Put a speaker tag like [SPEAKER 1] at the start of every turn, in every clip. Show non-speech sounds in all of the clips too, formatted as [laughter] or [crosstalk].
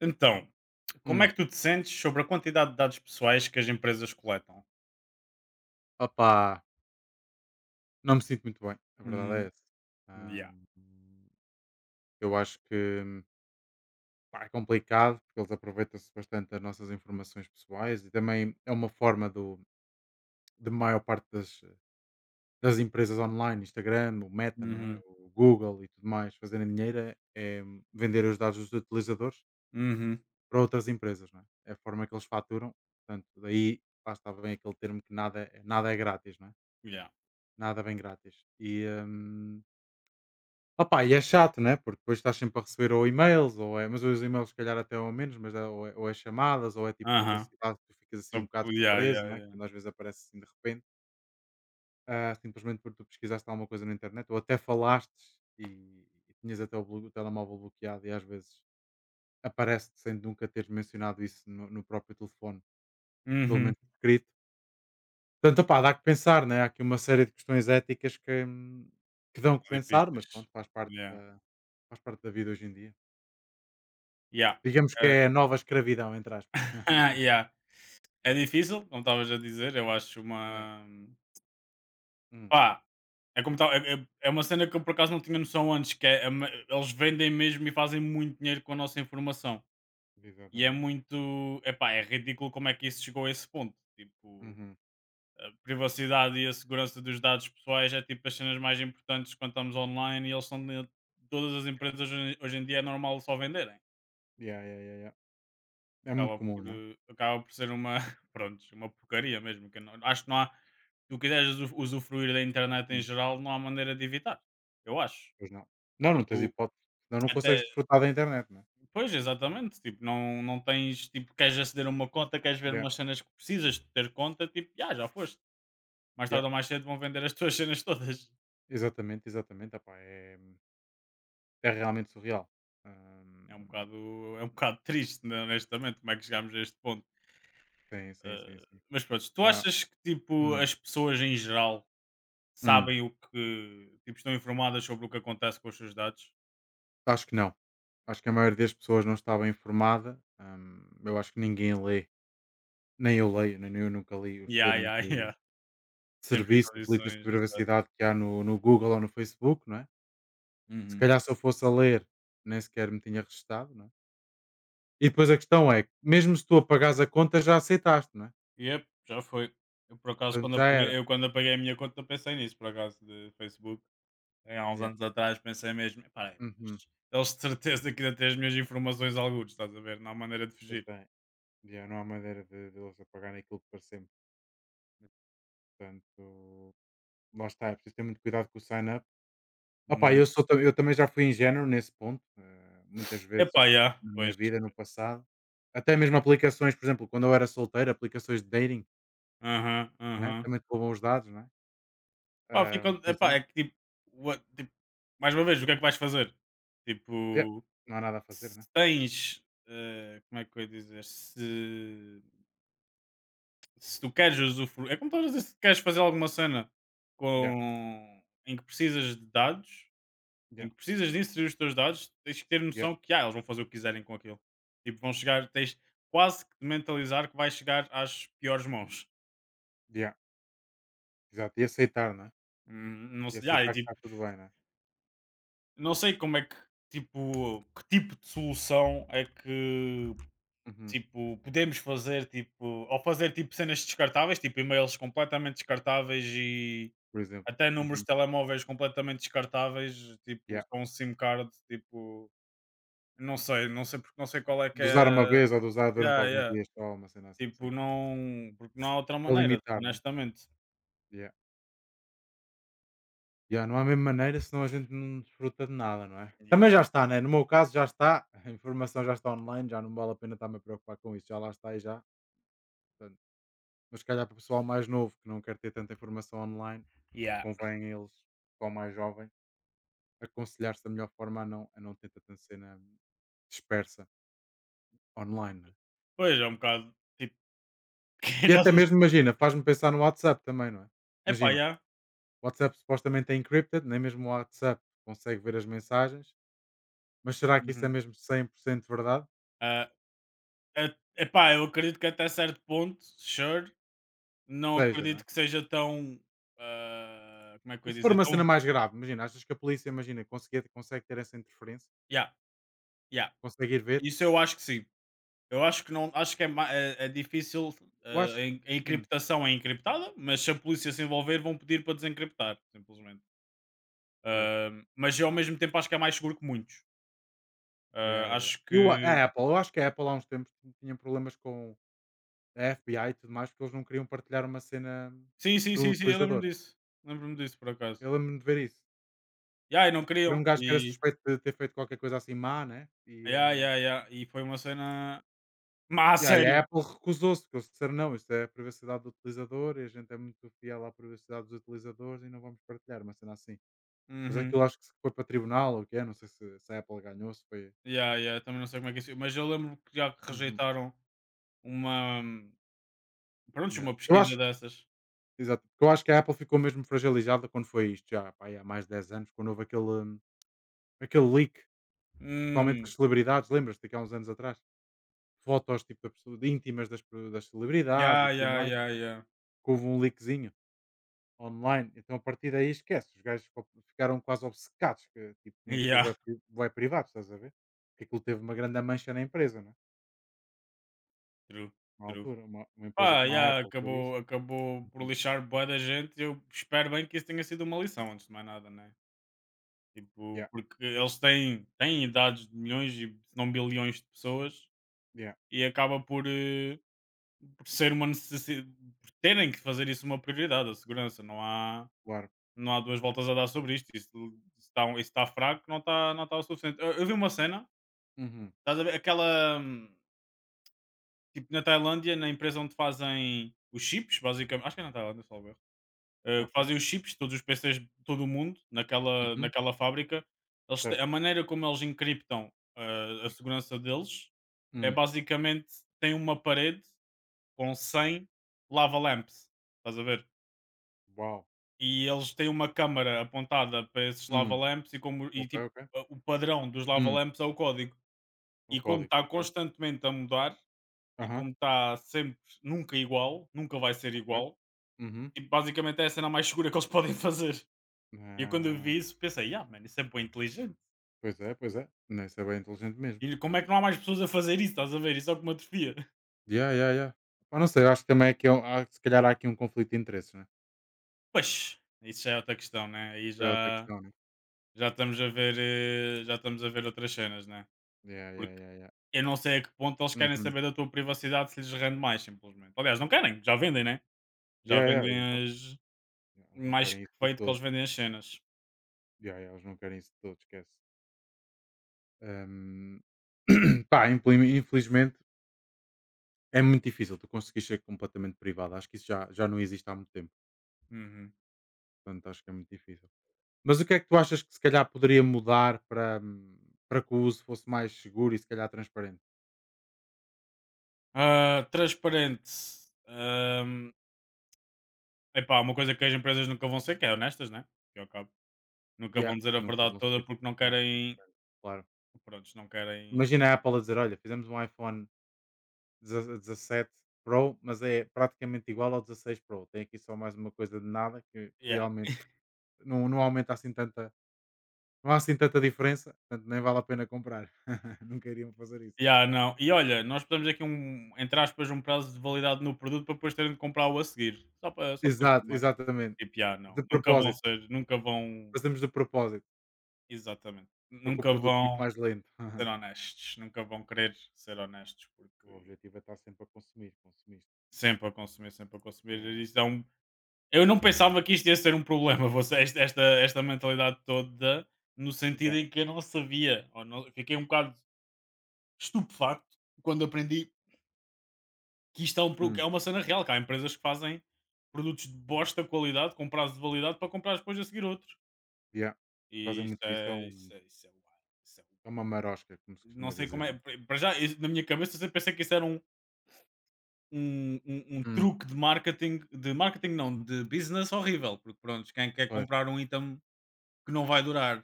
[SPEAKER 1] Então, como é
[SPEAKER 2] Hum,
[SPEAKER 1] que tu te sentes sobre a quantidade de dados pessoais que as empresas coletam?
[SPEAKER 2] opá, não me sinto muito bem, a verdade é
[SPEAKER 1] Hum,
[SPEAKER 2] essa.
[SPEAKER 1] yeah.
[SPEAKER 2] Ahm, eu acho que hum, pá, é complicado, porque eles aproveitam-se bastante das nossas informações pessoais e também é uma forma de maior parte das empresas online, Instagram, o Meta, não é?
[SPEAKER 1] Uhum.
[SPEAKER 2] O Google e tudo mais, fazerem dinheiro é vender os dados dos utilizadores
[SPEAKER 1] Uhum.
[SPEAKER 2] para outras empresas, não é? É a forma que eles faturam, portanto, daí lá está bem aquele termo que nada, nada é grátis, não é?
[SPEAKER 1] Yeah.
[SPEAKER 2] Nada vem grátis. Opá, e é chato, né? Porque depois estás sempre a receber ou e-mails, mas os e-mails se calhar até ou menos, ou é chamadas, ou é tipo
[SPEAKER 1] Aham.
[SPEAKER 2] publicidade, tu ficas assim um
[SPEAKER 1] Então,
[SPEAKER 2] bocado
[SPEAKER 1] yeah,
[SPEAKER 2] surpreso,
[SPEAKER 1] yeah,
[SPEAKER 2] né?
[SPEAKER 1] yeah.
[SPEAKER 2] Quando às vezes aparece assim de repente, ah, simplesmente porque tu pesquisaste alguma coisa na internet, ou até e, e tinhas até o telemóvel bloqueado e às vezes aparece-te sem nunca teres mencionado isso no próprio telefone, pelo
[SPEAKER 1] Uhum.
[SPEAKER 2] menos escrito. Portanto, opá, dá que pensar, né? Há aqui uma série de questões éticas que dão que
[SPEAKER 1] São
[SPEAKER 2] pensar, mas
[SPEAKER 1] difíceis.
[SPEAKER 2] pronto, faz parte
[SPEAKER 1] Yeah.
[SPEAKER 2] faz parte da vida hoje em dia.
[SPEAKER 1] Yeah.
[SPEAKER 2] Digamos que
[SPEAKER 1] Eh,
[SPEAKER 2] é a nova escravidão, entre aspas.
[SPEAKER 1] [laughs]
[SPEAKER 2] [laughs]
[SPEAKER 1] yeah. É difícil, como estavas a dizer, eu acho
[SPEAKER 2] Né.
[SPEAKER 1] uma.
[SPEAKER 2] Hum,
[SPEAKER 1] Pá, é como tal. É uma cena que eu por acaso não tinha noção antes, é uma- eles vendem mesmo e fazem muito dinheiro com a nossa informação. E é
[SPEAKER 2] Exatamente.
[SPEAKER 1] muito. Epá, é ridículo como é que isso chegou a esse ponto. Tipo.
[SPEAKER 2] Uhum.
[SPEAKER 1] A privacidade e a segurança dos dados pessoais é tipo as cenas mais importantes quando estamos online e eles são de- todas as empresas hoje em dia é normal só venderem.
[SPEAKER 2] Yeah, yeah, yeah, yeah. É muito
[SPEAKER 1] Acaba
[SPEAKER 2] comum,
[SPEAKER 1] por,
[SPEAKER 2] né?
[SPEAKER 1] acaba por ser uma, [laughs] pronto, uma porcaria mesmo. Que não- acho que não há, se tu quiseres usufruir da internet em
[SPEAKER 2] Hum,
[SPEAKER 1] geral, não há maneira de evitar. Eu acho.
[SPEAKER 2] Pois não. Não, não tens
[SPEAKER 1] Tipo,
[SPEAKER 2] hipótese. Não, não consegues
[SPEAKER 1] até,
[SPEAKER 2] desfrutar da internet, né?
[SPEAKER 1] pois, exatamente. Tipo, não, não tens, tipo, queres aceder a uma conta, queres ver
[SPEAKER 2] Yeah,
[SPEAKER 1] umas cenas que precisas de ter conta, tipo, já foste. Mais
[SPEAKER 2] yeah.
[SPEAKER 1] tarde ou mais cedo vão vender as tuas [laughs] cenas todas.
[SPEAKER 2] Exatamente, exatamente. Epá, é, é realmente surreal. Hum,
[SPEAKER 1] É um bocado, é um bocado triste, né, honestamente, como é que chegámos a este ponto.
[SPEAKER 2] sim, sim, sim,
[SPEAKER 1] Eh,
[SPEAKER 2] sim.
[SPEAKER 1] mas pronto, tu
[SPEAKER 2] Dá.
[SPEAKER 1] achas que tipo
[SPEAKER 2] Hum,
[SPEAKER 1] as pessoas em geral
[SPEAKER 2] hum.
[SPEAKER 1] sabem o que tipo, estão informadas sobre o que acontece com os seus dados?
[SPEAKER 2] Acho que não. Acho que a maioria das pessoas não estava informada. Eu acho que ninguém lê. Nem eu leio, nem eu nunca li os
[SPEAKER 1] Yeah,
[SPEAKER 2] termos.
[SPEAKER 1] yeah, [laughs] yeah. Sempre e
[SPEAKER 2] Serviço e políticas de
[SPEAKER 1] condições, exato.
[SPEAKER 2] privacidade que há no Google ou no Facebook, não é? Se
[SPEAKER 1] Uhum.
[SPEAKER 2] calhar se eu fosse a ler, nem sequer me tinha registado, não é? E depois a questão é, mesmo se tu apagares a conta, já aceitaste, não é?
[SPEAKER 1] Yep, já foi. Eu por acaso
[SPEAKER 2] Portanto,
[SPEAKER 1] quando
[SPEAKER 2] já era.
[SPEAKER 1] apaguei, eu quando apaguei a minha conta pensei nisso, por acaso, de Facebook. Eh, há uns
[SPEAKER 2] Yeah.
[SPEAKER 1] anos atrás pensei mesmo, "Epá, é,
[SPEAKER 2] Uhum.
[SPEAKER 1] mas eles de certeza que ainda têm as minhas informações algures, estás a ver? Não há maneira de
[SPEAKER 2] Pois
[SPEAKER 1] fugir."
[SPEAKER 2] é. Yeah, não há maneira de eles apagarem aquilo que parecemos. Portanto, lá está, é preciso ter muito cuidado com o sign-up. Opa,
[SPEAKER 1] Muito.
[SPEAKER 2] eu também já fui ingênuo nesse ponto, muitas
[SPEAKER 1] Epá,
[SPEAKER 2] vezes
[SPEAKER 1] já,
[SPEAKER 2] na minha
[SPEAKER 1] pois.
[SPEAKER 2] vida, no passado. Até mesmo aplicações, por exemplo, quando eu era solteiro, aplicações de dating.
[SPEAKER 1] Aham,
[SPEAKER 2] Né,
[SPEAKER 1] aham.
[SPEAKER 2] também te roubam os dados, não é?
[SPEAKER 1] Pá, fica
[SPEAKER 2] Por
[SPEAKER 1] epá,
[SPEAKER 2] exemplo.
[SPEAKER 1] é que tipo, what tipo, mais uma vez, o que é que vais fazer?
[SPEAKER 2] Yeah,
[SPEAKER 1] Tipo,
[SPEAKER 2] não há nada a fazer,
[SPEAKER 1] se
[SPEAKER 2] né?
[SPEAKER 1] tens, como é que eu ia dizer? Se tu queres usufruir, é como estavas a dizer, se queres fazer alguma cena
[SPEAKER 2] Yeah,
[SPEAKER 1] com em que precisas de dados,
[SPEAKER 2] yeah,
[SPEAKER 1] em que precisas de inserir os teus dados, tens que ter
[SPEAKER 2] yeah,
[SPEAKER 1] noção que, ah, eles vão fazer o que quiserem com aquilo. Tipo, vão chegar, tens quase que de mentalizar que vais chegar às piores mãos.
[SPEAKER 2] yeah. Exato, e aceitar, não é?
[SPEAKER 1] Não
[SPEAKER 2] E
[SPEAKER 1] sei, ah, e
[SPEAKER 2] aceitar que
[SPEAKER 1] tipo,
[SPEAKER 2] está tudo bem, não é?
[SPEAKER 1] não sei como é que tipo de solução é que,
[SPEAKER 2] Uhum,
[SPEAKER 1] tipo, podemos fazer, tipo, ou fazer, tipo, cenas descartáveis, tipo, e-mails completamente descartáveis e
[SPEAKER 2] por exemplo.
[SPEAKER 1] até números
[SPEAKER 2] Uhum,
[SPEAKER 1] de telemóveis completamente descartáveis, tipo,
[SPEAKER 2] yeah.
[SPEAKER 1] só um SIM card, tipo, não sei, porque não sei qual é que
[SPEAKER 2] De
[SPEAKER 1] é.
[SPEAKER 2] usar uma vez ou de usar durante
[SPEAKER 1] Yeah,
[SPEAKER 2] alguns
[SPEAKER 1] yeah.
[SPEAKER 2] dias só, uma cena
[SPEAKER 1] Tipo,
[SPEAKER 2] assim.
[SPEAKER 1] não. Porque não há outra
[SPEAKER 2] Para
[SPEAKER 1] maneira,
[SPEAKER 2] limitar, não é?
[SPEAKER 1] honestamente.
[SPEAKER 2] Yeah. Yeah, não há a mesma maneira, senão a gente não desfruta de nada, não é?
[SPEAKER 1] Yeah.
[SPEAKER 2] Também já está, né? No meu caso já está, [laughs] a informação já está online, já não vale a pena estar-me a preocupar com isso, já lá está e já, portanto. Mas se calhar para o pessoal mais novo que não quer ter tanta informação online.
[SPEAKER 1] Yeah.
[SPEAKER 2] Convém a eles, pessoal mais jovem, aconselhar-se da melhor forma a não ter tanta cena dispersa online, não é?
[SPEAKER 1] Pois é, um bocado, tipo, [laughs]
[SPEAKER 2] E
[SPEAKER 1] era
[SPEAKER 2] até mesmo, imagina, faz-me pensar no WhatsApp também, não é? Imagina,
[SPEAKER 1] yeah.
[SPEAKER 2] o WhatsApp supostamente é encrypted, nem mesmo o WhatsApp consegue ver as mensagens, mas será que isso é
[SPEAKER 1] Uhum.
[SPEAKER 2] mesmo 100% verdade?
[SPEAKER 1] É, epá, eu acredito que até certo ponto, sure. Não
[SPEAKER 2] Seja, não
[SPEAKER 1] acredito
[SPEAKER 2] é?
[SPEAKER 1] que seja tão, ah, como é que eu
[SPEAKER 2] E
[SPEAKER 1] ia
[SPEAKER 2] se for
[SPEAKER 1] dizer?
[SPEAKER 2] uma cena
[SPEAKER 1] Tão
[SPEAKER 2] mais grave, imagina, achas que a polícia, imagina, consegue, consegue ter essa interferência?
[SPEAKER 1] yeah, yeah.
[SPEAKER 2] Consegue ir ver?
[SPEAKER 1] Isso eu acho que sim. Eu acho que não acho que é ma é é difícil,
[SPEAKER 2] Eu
[SPEAKER 1] ah,
[SPEAKER 2] acho
[SPEAKER 1] a
[SPEAKER 2] que.
[SPEAKER 1] en a
[SPEAKER 2] Hum,
[SPEAKER 1] encriptação é encriptada, mas se a polícia se envolver vão pedir para desencriptar, simplesmente.
[SPEAKER 2] Pois.
[SPEAKER 1] Ah, mas eu ao mesmo tempo acho que é mais seguro que muitos.
[SPEAKER 2] Yeah, yeah,
[SPEAKER 1] Ah,
[SPEAKER 2] yeah.
[SPEAKER 1] acho
[SPEAKER 2] E
[SPEAKER 1] que
[SPEAKER 2] a Apple, eu acho que a Apple há uns tempos tinha problemas com da FBI e tudo mais, porque eles não queriam partilhar uma cena
[SPEAKER 1] sim, sim,
[SPEAKER 2] do
[SPEAKER 1] sim, sim, eu lembro-me
[SPEAKER 2] utilizador.
[SPEAKER 1] disso. Lembro-me disso por acaso.
[SPEAKER 2] Eu lembro-me de ver isso.
[SPEAKER 1] Yeah, e não
[SPEAKER 2] Era
[SPEAKER 1] queriam.
[SPEAKER 2] um gajo que era
[SPEAKER 1] E
[SPEAKER 2] suspeito de ter feito qualquer coisa assim má, né?
[SPEAKER 1] yeah, yeah, yeah. E foi uma cena [laughs] mas a
[SPEAKER 2] E aí a
[SPEAKER 1] sério?
[SPEAKER 2] Apple recusou-se, porque eles disseram não, isto é a privacidade do utilizador e a gente é muito fiel à privacidade dos utilizadores e não vamos partilhar uma cena assim. Pois
[SPEAKER 1] Uhum.
[SPEAKER 2] aquilo acho que se foi para tribunal ou o que é, não sei se, se a Apple ganhou, se foi.
[SPEAKER 1] Yeah, yeah, também não sei como é que isso. Mas eu lembro que já que
[SPEAKER 2] Uhum,
[SPEAKER 1] rejeitaram uma. Pronto,
[SPEAKER 2] yeah.
[SPEAKER 1] uma
[SPEAKER 2] Eu
[SPEAKER 1] pesquisa
[SPEAKER 2] acho,
[SPEAKER 1] dessas.
[SPEAKER 2] exato, porque eu acho que a Apple ficou mesmo fragilizada quando foi isto já, pá, aí há mais de 10 anos, quando houve aquele, aquele leak. Principalmente das
[SPEAKER 1] Hum.
[SPEAKER 2] celebridades, lembras-te que há uns anos atrás, fotos tipo da pessoa de íntimas das celebridades e
[SPEAKER 1] Yeah,
[SPEAKER 2] tudo
[SPEAKER 1] yeah,
[SPEAKER 2] mais,
[SPEAKER 1] yeah, yeah. [laughs]
[SPEAKER 2] que houve um leakzinho online, então a partir daí esquece, os gajos co ficaram quase obcecados que, tipo, tinham que ser
[SPEAKER 1] Yeah,
[SPEAKER 2] bué privados, estás a ver? Porque aquilo teve uma grande mancha na empresa, não é?
[SPEAKER 1] true,
[SPEAKER 2] Na
[SPEAKER 1] true.
[SPEAKER 2] altura, uma empresa
[SPEAKER 1] Pá,
[SPEAKER 2] como a
[SPEAKER 1] yeah,
[SPEAKER 2] Apple ter isso.
[SPEAKER 1] acabou por
[SPEAKER 2] Uhum.
[SPEAKER 1] lixar boa da gente. Eu espero bem que isso tenha sido uma lição, antes de mais nada, né?
[SPEAKER 2] Yeah,
[SPEAKER 1] Tipo, porque eles têm idades de milhões e se não bilhões de pessoas
[SPEAKER 2] yeah,
[SPEAKER 1] e acaba por, por ser uma necessidade, por terem que fazer isso uma prioridade, a segurança. Não há
[SPEAKER 2] claro.
[SPEAKER 1] não há duas voltas a dar sobre isto. Isso está, um, isso está fraco, não está o suficiente. Eu vi uma cena,
[SPEAKER 2] Uhum.
[SPEAKER 1] estás a ver? Aquela. Tipo, na Tailândia, na empresa onde fazem os chips, basicamente. Acho que é na Tailândia, só ver. Que
[SPEAKER 2] Ok.
[SPEAKER 1] fazem os chips, todos os PCs de todo o mundo,
[SPEAKER 2] Uhum.
[SPEAKER 1] naquela fábrica. Eles te- a
[SPEAKER 2] Certo.
[SPEAKER 1] maneira como eles encriptam a segurança deles é
[SPEAKER 2] Hum.
[SPEAKER 1] basicamente tem uma parede com 100 lava lamps. Estás a ver?
[SPEAKER 2] Uau.
[SPEAKER 1] E eles têm uma câmara apontada para esses
[SPEAKER 2] Hum.
[SPEAKER 1] lava-lamps e como e
[SPEAKER 2] Ok,
[SPEAKER 1] tipo,
[SPEAKER 2] ok.
[SPEAKER 1] a o padrão dos
[SPEAKER 2] Hum.
[SPEAKER 1] lava-lamps é o código.
[SPEAKER 2] O
[SPEAKER 1] E como
[SPEAKER 2] código,
[SPEAKER 1] está
[SPEAKER 2] ok.
[SPEAKER 1] constantemente a mudar, e
[SPEAKER 2] Aham,
[SPEAKER 1] como está sempre nunca igual, nunca vai ser
[SPEAKER 2] ok.
[SPEAKER 1] igual,
[SPEAKER 2] Uhum.
[SPEAKER 1] e basicamente é a cena mais segura que eles [laughs] podem fazer. E eu quando eu
[SPEAKER 2] Ah.
[SPEAKER 1] vi isso pensei: "Ah, mano, isso é bem inteligente.
[SPEAKER 2] Pois é, pois é. Não, isso é bem inteligente mesmo.
[SPEAKER 1] E como é que não há mais pessoas a fazer isso?", estás a ver? Isso é o que me atrofia. [laughs]
[SPEAKER 2] Ya, ya, ya. Pá, não sei, eu acho que também é que é se calhar há aqui um conflito de interesses, né?
[SPEAKER 1] Pois, isso já é outra questão, né, aí
[SPEAKER 2] É outra
[SPEAKER 1] já
[SPEAKER 2] questão, né?
[SPEAKER 1] já estamos a ver, já estamos a ver outras cenas, né.
[SPEAKER 2] Ya, ya, ya, ya.
[SPEAKER 1] Eu não sei a que ponto eles querem
[SPEAKER 2] Uhum.
[SPEAKER 1] saber da tua privacidade se lhes rende mais, simplesmente. Aliás, não querem, já vendem, né?
[SPEAKER 2] Ya,
[SPEAKER 1] Já
[SPEAKER 2] ya, eles não,
[SPEAKER 1] vendem as.
[SPEAKER 2] yeah, eles não
[SPEAKER 1] Mais que
[SPEAKER 2] querem isso de
[SPEAKER 1] feito que
[SPEAKER 2] todo.
[SPEAKER 1] eles vendem as cenas.
[SPEAKER 2] Ya, ya, eles não querem isso de todo, esquece. Ahm, [clears throat] Pá, infelizmente é muito difícil tu conseguires ser completamente privado. Acho que isso já, já não existe há muito tempo.
[SPEAKER 1] Uhum.
[SPEAKER 2] Portanto, acho que é muito difícil. Mas o que é que tu achas que se calhar poderia mudar para, para que o uso fosse mais seguro e se calhar transparente?
[SPEAKER 1] Ah, transparente. Ahm, epá, uma coisa que as empresas nunca vão ser, que é honestas, né? Que ao cabo. Nunca vão
[SPEAKER 2] Yeah,
[SPEAKER 1] dizer a
[SPEAKER 2] nunca
[SPEAKER 1] verdade
[SPEAKER 2] vão
[SPEAKER 1] toda
[SPEAKER 2] ser.
[SPEAKER 1] porque não
[SPEAKER 2] Nossa,
[SPEAKER 1] querem.
[SPEAKER 2] claro.
[SPEAKER 1] Prontos, não querem.
[SPEAKER 2] Imagina a Apple a dizer: olha, fizemos um iPhone 17 Pro, mas é praticamente igual ao 16 Pro. Tem aqui só mais uma coisa de nada que
[SPEAKER 1] Yeah.
[SPEAKER 2] realmente não, não aumenta assim tanta. Não há assim tanta diferença, portanto nem vale a pena comprar. [laughs] Nunca iriam fazer isso, não
[SPEAKER 1] Yeah,
[SPEAKER 2] é?
[SPEAKER 1] não. E olha, nós podemos aqui um, entre aspas, um prazo de validade no produto para depois terem de comprar o a seguir. Só para, só para
[SPEAKER 2] Exato,
[SPEAKER 1] informar.
[SPEAKER 2] exatamente.
[SPEAKER 1] Tipo, yeah, não.
[SPEAKER 2] De
[SPEAKER 1] Nunca vão
[SPEAKER 2] propósito.
[SPEAKER 1] ser, nunca vão
[SPEAKER 2] Fazemos de propósito,
[SPEAKER 1] exatamente.
[SPEAKER 2] para que o
[SPEAKER 1] Nunca
[SPEAKER 2] produto fique
[SPEAKER 1] vão
[SPEAKER 2] mais lento.
[SPEAKER 1] ser
[SPEAKER 2] [laughs]
[SPEAKER 1] honestos, nunca vão querer ser
[SPEAKER 2] É,
[SPEAKER 1] honestos,
[SPEAKER 2] o
[SPEAKER 1] porque
[SPEAKER 2] objetivo é estar sempre a consumir, consumir.
[SPEAKER 1] sempre a consumir, sempre a consumir. E
[SPEAKER 2] É,
[SPEAKER 1] isso é um... Eu não pensava que isto ia ser um problema, você, esta mentalidade toda, no sentido
[SPEAKER 2] yeah.
[SPEAKER 1] em que eu não sabia, ou não, fiquei um bocado estupefacto quando aprendi que isto é, um, pro- que
[SPEAKER 2] Hum,
[SPEAKER 1] é uma cena real, que há empresas que fazem produtos de bosta qualidade, com prazo de validade, para comprar depois a seguir outros.
[SPEAKER 2] yeah. Fazem
[SPEAKER 1] E
[SPEAKER 2] muito isso.
[SPEAKER 1] isso é wild, isso é wild.
[SPEAKER 2] É uma marosca, como se
[SPEAKER 1] Não
[SPEAKER 2] costuma
[SPEAKER 1] sei como
[SPEAKER 2] dizer,
[SPEAKER 1] é.
[SPEAKER 2] não é?
[SPEAKER 1] Para já, isso- na minha cabeça, eu sempre pensei que isso era um, um
[SPEAKER 2] Hum.
[SPEAKER 1] truque de marketing não, de business horrível, porque pronto, quem quer
[SPEAKER 2] Pois,
[SPEAKER 1] comprar um item que não vai durar?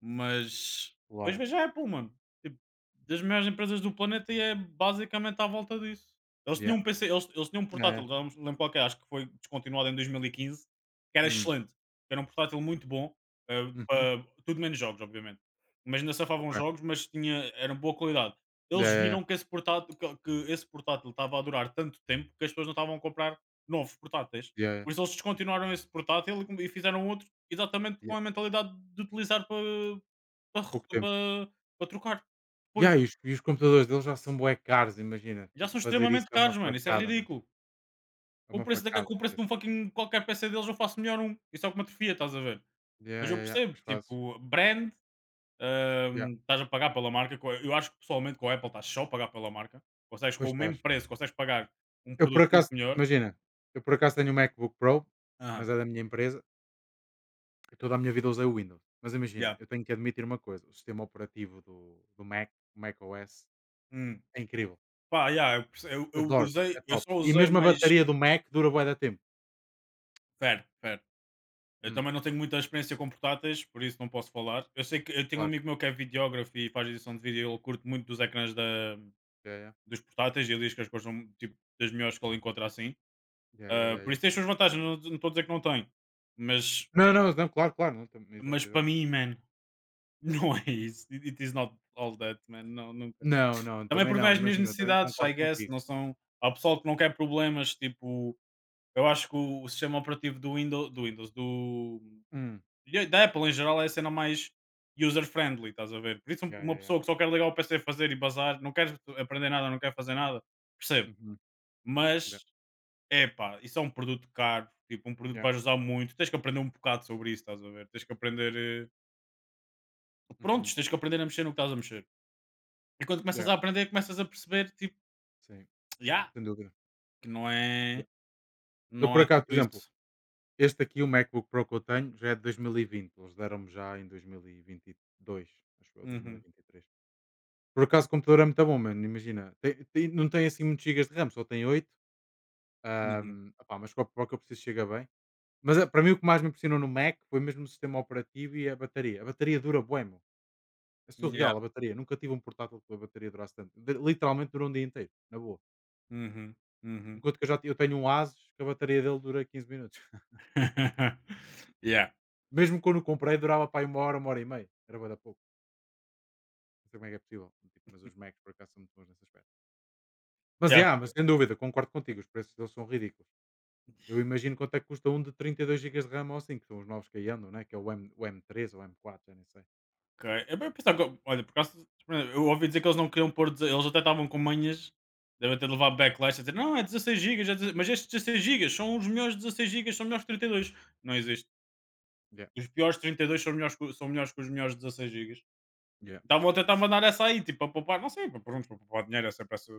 [SPEAKER 1] Mas depois
[SPEAKER 2] claro.
[SPEAKER 1] vejo a Apple, mano. Tipo, das maiores empresas do planeta e é basicamente à volta disso. Eles
[SPEAKER 2] Yeah.
[SPEAKER 1] tinham um PC, eles, Eles tinham um
[SPEAKER 2] Yeah, yeah.
[SPEAKER 1] portátil, já não me lembro qual que é, acho que foi descontinuado em 2015, que era
[SPEAKER 2] Hum.
[SPEAKER 1] excelente. Era um portátil muito bom,
[SPEAKER 2] Uhum.
[SPEAKER 1] para tudo menos jogos, obviamente. Mas ainda safavam
[SPEAKER 2] Ok.
[SPEAKER 1] jogos, mas tinha, era boa qualidade.
[SPEAKER 2] Yeah,
[SPEAKER 1] Eles
[SPEAKER 2] yeah, yeah.
[SPEAKER 1] viram que que esse portátil estava a durar tanto tempo que as pessoas não estavam a comprar novos portáteis.
[SPEAKER 2] Yeah, yeah.
[SPEAKER 1] Por isso eles
[SPEAKER 2] Pouco tempo.
[SPEAKER 1] descontinuaram esse portátil e e fizeram outro exatamente
[SPEAKER 2] Yeah.
[SPEAKER 1] com a mentalidade de utilizar para para
[SPEAKER 2] Pouco tempo.
[SPEAKER 1] para para trocar. Pois,
[SPEAKER 2] Yeah, e os computadores deles já são bué caros, imagina.
[SPEAKER 1] já
[SPEAKER 2] Tipo,
[SPEAKER 1] são
[SPEAKER 2] fazer isso
[SPEAKER 1] extremamente
[SPEAKER 2] é uma
[SPEAKER 1] caros, mano, isso é
[SPEAKER 2] facada, mano.
[SPEAKER 1] ridículo.
[SPEAKER 2] É
[SPEAKER 1] Com o
[SPEAKER 2] uma
[SPEAKER 1] preço da
[SPEAKER 2] facada,
[SPEAKER 1] com o preço de
[SPEAKER 2] esquece.
[SPEAKER 1] um fucking qualquer peça deles eu faço melhor um. Isso é o que me atrofia, estás a ver?
[SPEAKER 2] Yeah,
[SPEAKER 1] Mas eu
[SPEAKER 2] yeah, yeah.
[SPEAKER 1] percebo,
[SPEAKER 2] Pois fazes.
[SPEAKER 1] tipo, brand,
[SPEAKER 2] Yeah.
[SPEAKER 1] estás a pagar pela marca, co eu acho que pessoalmente com a Apple estás só a pagar pela marca, consegues
[SPEAKER 2] Pois
[SPEAKER 1] com o
[SPEAKER 2] estás.
[SPEAKER 1] mesmo preço, consegues pagar um
[SPEAKER 2] Eu por
[SPEAKER 1] produto muito
[SPEAKER 2] acaso,
[SPEAKER 1] melhor.
[SPEAKER 2] imagina, eu por acaso tenho um MacBook Pro,
[SPEAKER 1] Aham,
[SPEAKER 2] mas é da minha empresa, e toda a minha vida usei o Windows. Mas imagina,
[SPEAKER 1] yeah.
[SPEAKER 2] eu tenho que admitir uma coisa, o sistema operativo do Mac, o macOS,
[SPEAKER 1] Hum.
[SPEAKER 2] é incrível.
[SPEAKER 1] Pá, yeah, eu perce eu
[SPEAKER 2] Adoro, é
[SPEAKER 1] usei eu
[SPEAKER 2] top.
[SPEAKER 1] só
[SPEAKER 2] E
[SPEAKER 1] usei
[SPEAKER 2] mesmo a
[SPEAKER 1] mais
[SPEAKER 2] bateria do Mac dura bué da tempo.
[SPEAKER 1] fair, fair. Eu
[SPEAKER 2] Hum,
[SPEAKER 1] também não tenho muita experiência com portáteis, por isso não posso falar. Eu sei que eu tenho um
[SPEAKER 2] Claro.
[SPEAKER 1] amigo meu que é videógrafo e faz edição de vídeo, ele curte muito
[SPEAKER 2] Yeah, yeah.
[SPEAKER 1] dos portáteis e ele diz que as coisas são tipo, das melhores que ele encontra assim.
[SPEAKER 2] Yeah, yeah,
[SPEAKER 1] Ah,
[SPEAKER 2] yeah,
[SPEAKER 1] por
[SPEAKER 2] yeah.
[SPEAKER 1] isso tem as suas vantagens, não estou a dizer que não tem. Mas,
[SPEAKER 2] Não, não, não, claro, claro. Não, tam exato,
[SPEAKER 1] mas para
[SPEAKER 2] exato.
[SPEAKER 1] mim, man, [laughs] não é isso. It is not all that, man. Não, nunca.
[SPEAKER 2] Não, não,
[SPEAKER 1] Também
[SPEAKER 2] também
[SPEAKER 1] porque não é
[SPEAKER 2] não.
[SPEAKER 1] as minhas
[SPEAKER 2] Imagina, também
[SPEAKER 1] necessidades,
[SPEAKER 2] concordo
[SPEAKER 1] I guess,
[SPEAKER 2] contigo.
[SPEAKER 1] não são. Há pessoal que não quer problemas, tipo, eu acho que o sistema operativo do Windows, do
[SPEAKER 2] Hum.
[SPEAKER 1] e da Apple em geral é a cena mais user-friendly, estás a ver? Por isso, um,
[SPEAKER 2] Yeah,
[SPEAKER 1] uma
[SPEAKER 2] yeah, yeah.
[SPEAKER 1] pessoa que só quer ligar o PC, fazer e bazar, não quer aprender nada, não quer fazer nada, percebo.
[SPEAKER 2] Uhum. Yeah,
[SPEAKER 1] Mas, é pá, isso é um produto caro, tipo, um produto que
[SPEAKER 2] yeah.
[SPEAKER 1] vais usar muito, tens que aprender um bocado sobre isso, estás a ver? Tens que aprender.
[SPEAKER 2] Uhum.
[SPEAKER 1] Prontos, tens que aprender a mexer no que estás a mexer. E quando começas
[SPEAKER 2] Yeah.
[SPEAKER 1] a aprender, começas a perceber, tipo,
[SPEAKER 2] Sim,
[SPEAKER 1] já
[SPEAKER 2] sem dúvida.
[SPEAKER 1] que não é,
[SPEAKER 2] Yeah. Eu
[SPEAKER 1] não
[SPEAKER 2] por
[SPEAKER 1] é
[SPEAKER 2] acaso,
[SPEAKER 1] tudo
[SPEAKER 2] por exemplo,
[SPEAKER 1] isso.
[SPEAKER 2] este aqui, o MacBook Pro que eu tenho, já é de 2020. Eles deram-me já em 2022, acho que eu,
[SPEAKER 1] Uhum,
[SPEAKER 2] 2023. Por acaso o computador é muito bom, mano, imagina. Tem tem não tem assim muitos gigas de RAM, só tem 8.
[SPEAKER 1] uhum,
[SPEAKER 2] Opá, mas para o que eu preciso chega bem. Mas para mim o que mais me impressionou no Mac foi mesmo o sistema operativo e a bateria. A bateria dura bué, meu. É
[SPEAKER 1] yeah,
[SPEAKER 2] surreal a bateria. Nunca tive um portátil que a bateria durasse tanto. De- Literalmente durou um dia inteiro, na boa.
[SPEAKER 1] uhum, uhum.
[SPEAKER 2] Enquanto que eu tenho um Asus que a bateria dele dura 15 minutos. [laughs]
[SPEAKER 1] [laughs] yeah.
[SPEAKER 2] Mesmo quando o comprei durava para uma hora e meia. Era bué da pouco. Não sei como é que é possível. Tipo, mas os Macs por acaso são muito bons nesse aspecto. Mas,
[SPEAKER 1] Yeah.
[SPEAKER 2] yeah, mas sem dúvida, concordo contigo. Os preços deles são ridículos. Eu imagino quanto é que custa um de 32 gigas de RAM ou assim, que são os novos que aí andam, né? Que é o M3 ou M4, já nem sei.
[SPEAKER 1] Ok. Eu bem pensava que, olha, por acaso, eu ouvi dizer que eles não queriam pôr, deze- eles até estavam com manhas, devem ter levado backlash a dizer, não, é 16 gigas, é 16 mas estes 16 gigas. São os melhores 16 gigas, são melhores que 32. Não existe.
[SPEAKER 2] Yeah,
[SPEAKER 1] Os piores 32 são melhores que os melhores 16 gigas.
[SPEAKER 2] yeah.
[SPEAKER 1] Estavam a tentar mandar essa aí, tipo, para poupar, não sei, para, pronto, para poupar dinheiro, é sempre essa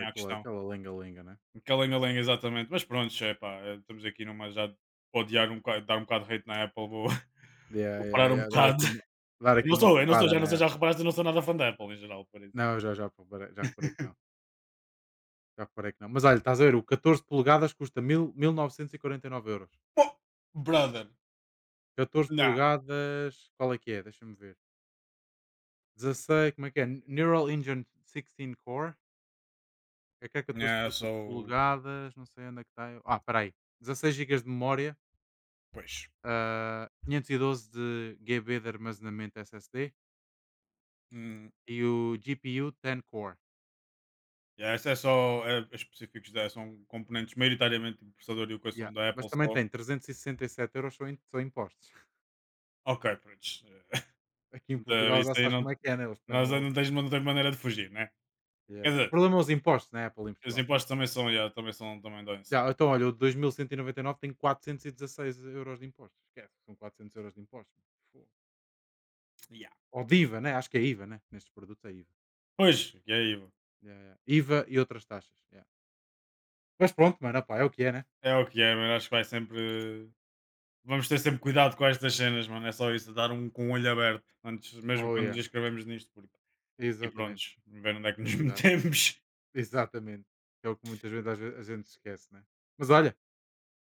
[SPEAKER 1] é a
[SPEAKER 2] claro,
[SPEAKER 1] questão.
[SPEAKER 2] aquela lenga-lenga, né?
[SPEAKER 1] Que lenga lenga, exatamente. Mas pronto, é pá, estamos aqui numa já de odiar um bocado, dar um bocado de hate na Apple, vou, [laughs]
[SPEAKER 2] Yeah,
[SPEAKER 1] vou
[SPEAKER 2] yeah,
[SPEAKER 1] parar um
[SPEAKER 2] yeah.
[SPEAKER 1] bocado.
[SPEAKER 2] Dar aqui uma
[SPEAKER 1] Eu não sou,
[SPEAKER 2] porrada
[SPEAKER 1] já não
[SPEAKER 2] né?
[SPEAKER 1] sei, já
[SPEAKER 2] Apple.
[SPEAKER 1] reparaste, eu não sou nada fã da Apple em geral, por isso.
[SPEAKER 2] Não, eu já, já reparei que não. Já reparei que não. Mas olha, estás a ver, o 14 polegadas custa mil novecentos e quarenta e nove euros.
[SPEAKER 1] Oh, brother,
[SPEAKER 2] 14
[SPEAKER 1] não,
[SPEAKER 2] polegadas, qual é que é? Deixa-me ver. 16, como é que é? Neural Engine 16 Core. É que é
[SPEAKER 1] não
[SPEAKER 2] 18
[SPEAKER 1] sou.
[SPEAKER 2] polegadas, não sei onde é que está. Ah, peraí. 16 gigas de memória,
[SPEAKER 1] Pois.
[SPEAKER 2] ah, 512 de GB de armazenamento SSD
[SPEAKER 1] Hum,
[SPEAKER 2] e o GPU 10 Core.
[SPEAKER 1] yeah, isso é só. É, é específicos da. São componentes maioritariamente do processador e o que
[SPEAKER 2] Yeah.
[SPEAKER 1] são da
[SPEAKER 2] Mas
[SPEAKER 1] Apple
[SPEAKER 2] também
[SPEAKER 1] só.
[SPEAKER 2] tem 367€ só em impostos. [laughs]
[SPEAKER 1] Ok, pronto. [laughs]
[SPEAKER 2] Aqui em
[SPEAKER 1] eh,
[SPEAKER 2] Portugal
[SPEAKER 1] isso
[SPEAKER 2] já
[SPEAKER 1] aí
[SPEAKER 2] sabes como
[SPEAKER 1] não,
[SPEAKER 2] é que é, né? Eles penam
[SPEAKER 1] nós
[SPEAKER 2] logo.
[SPEAKER 1] não, tens, não tens maneira de fugir, né? Quer
[SPEAKER 2] Yeah. O
[SPEAKER 1] dizer,
[SPEAKER 2] problema é os impostos na Apple em
[SPEAKER 1] os
[SPEAKER 2] Portugal.
[SPEAKER 1] impostos também são. Yeah, também são. Também dão isso.
[SPEAKER 2] Já, então, olha, o de 2199 tem 416 € de impostos. Esquece, são 400 € de impostos. Fogo.
[SPEAKER 1] Yeah.
[SPEAKER 2] Ou de IVA, né? Acho que é IVA, né? Nestes produtos é IVA.
[SPEAKER 1] Pois, e aí, mano?
[SPEAKER 2] Yeah, yeah. IVA e outras taxas. Yeah. Mas pronto, mano, opá, é o que é, né?
[SPEAKER 1] É o que é, mas acho que vai sempre. Vamos ter sempre cuidado com estas cenas, mano. É só isso, dar um com o olho aberto, antes, mesmo
[SPEAKER 2] Oh,
[SPEAKER 1] quando
[SPEAKER 2] yeah.
[SPEAKER 1] nos inscrevemos nisto, porque. E pronto,
[SPEAKER 2] Exatamente.
[SPEAKER 1] ver onde é que
[SPEAKER 2] Ter
[SPEAKER 1] nos [laughs]
[SPEAKER 2] cuidado.
[SPEAKER 1] metemos.
[SPEAKER 2] Exatamente. É o que muitas vezes a gente se esquece, né? Mas olha,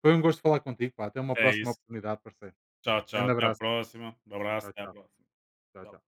[SPEAKER 2] foi um gosto falar contigo, pá. Até uma
[SPEAKER 1] É
[SPEAKER 2] próxima
[SPEAKER 1] isso.
[SPEAKER 2] oportunidade, parceiro.
[SPEAKER 1] Tchau, tchau.
[SPEAKER 2] Grande
[SPEAKER 1] Até a
[SPEAKER 2] abraço.
[SPEAKER 1] próxima. Um abraço.
[SPEAKER 2] Tchau,
[SPEAKER 1] Até a
[SPEAKER 2] tchau.
[SPEAKER 1] próxima.
[SPEAKER 2] Tchau,
[SPEAKER 1] Tchau.
[SPEAKER 2] tchau.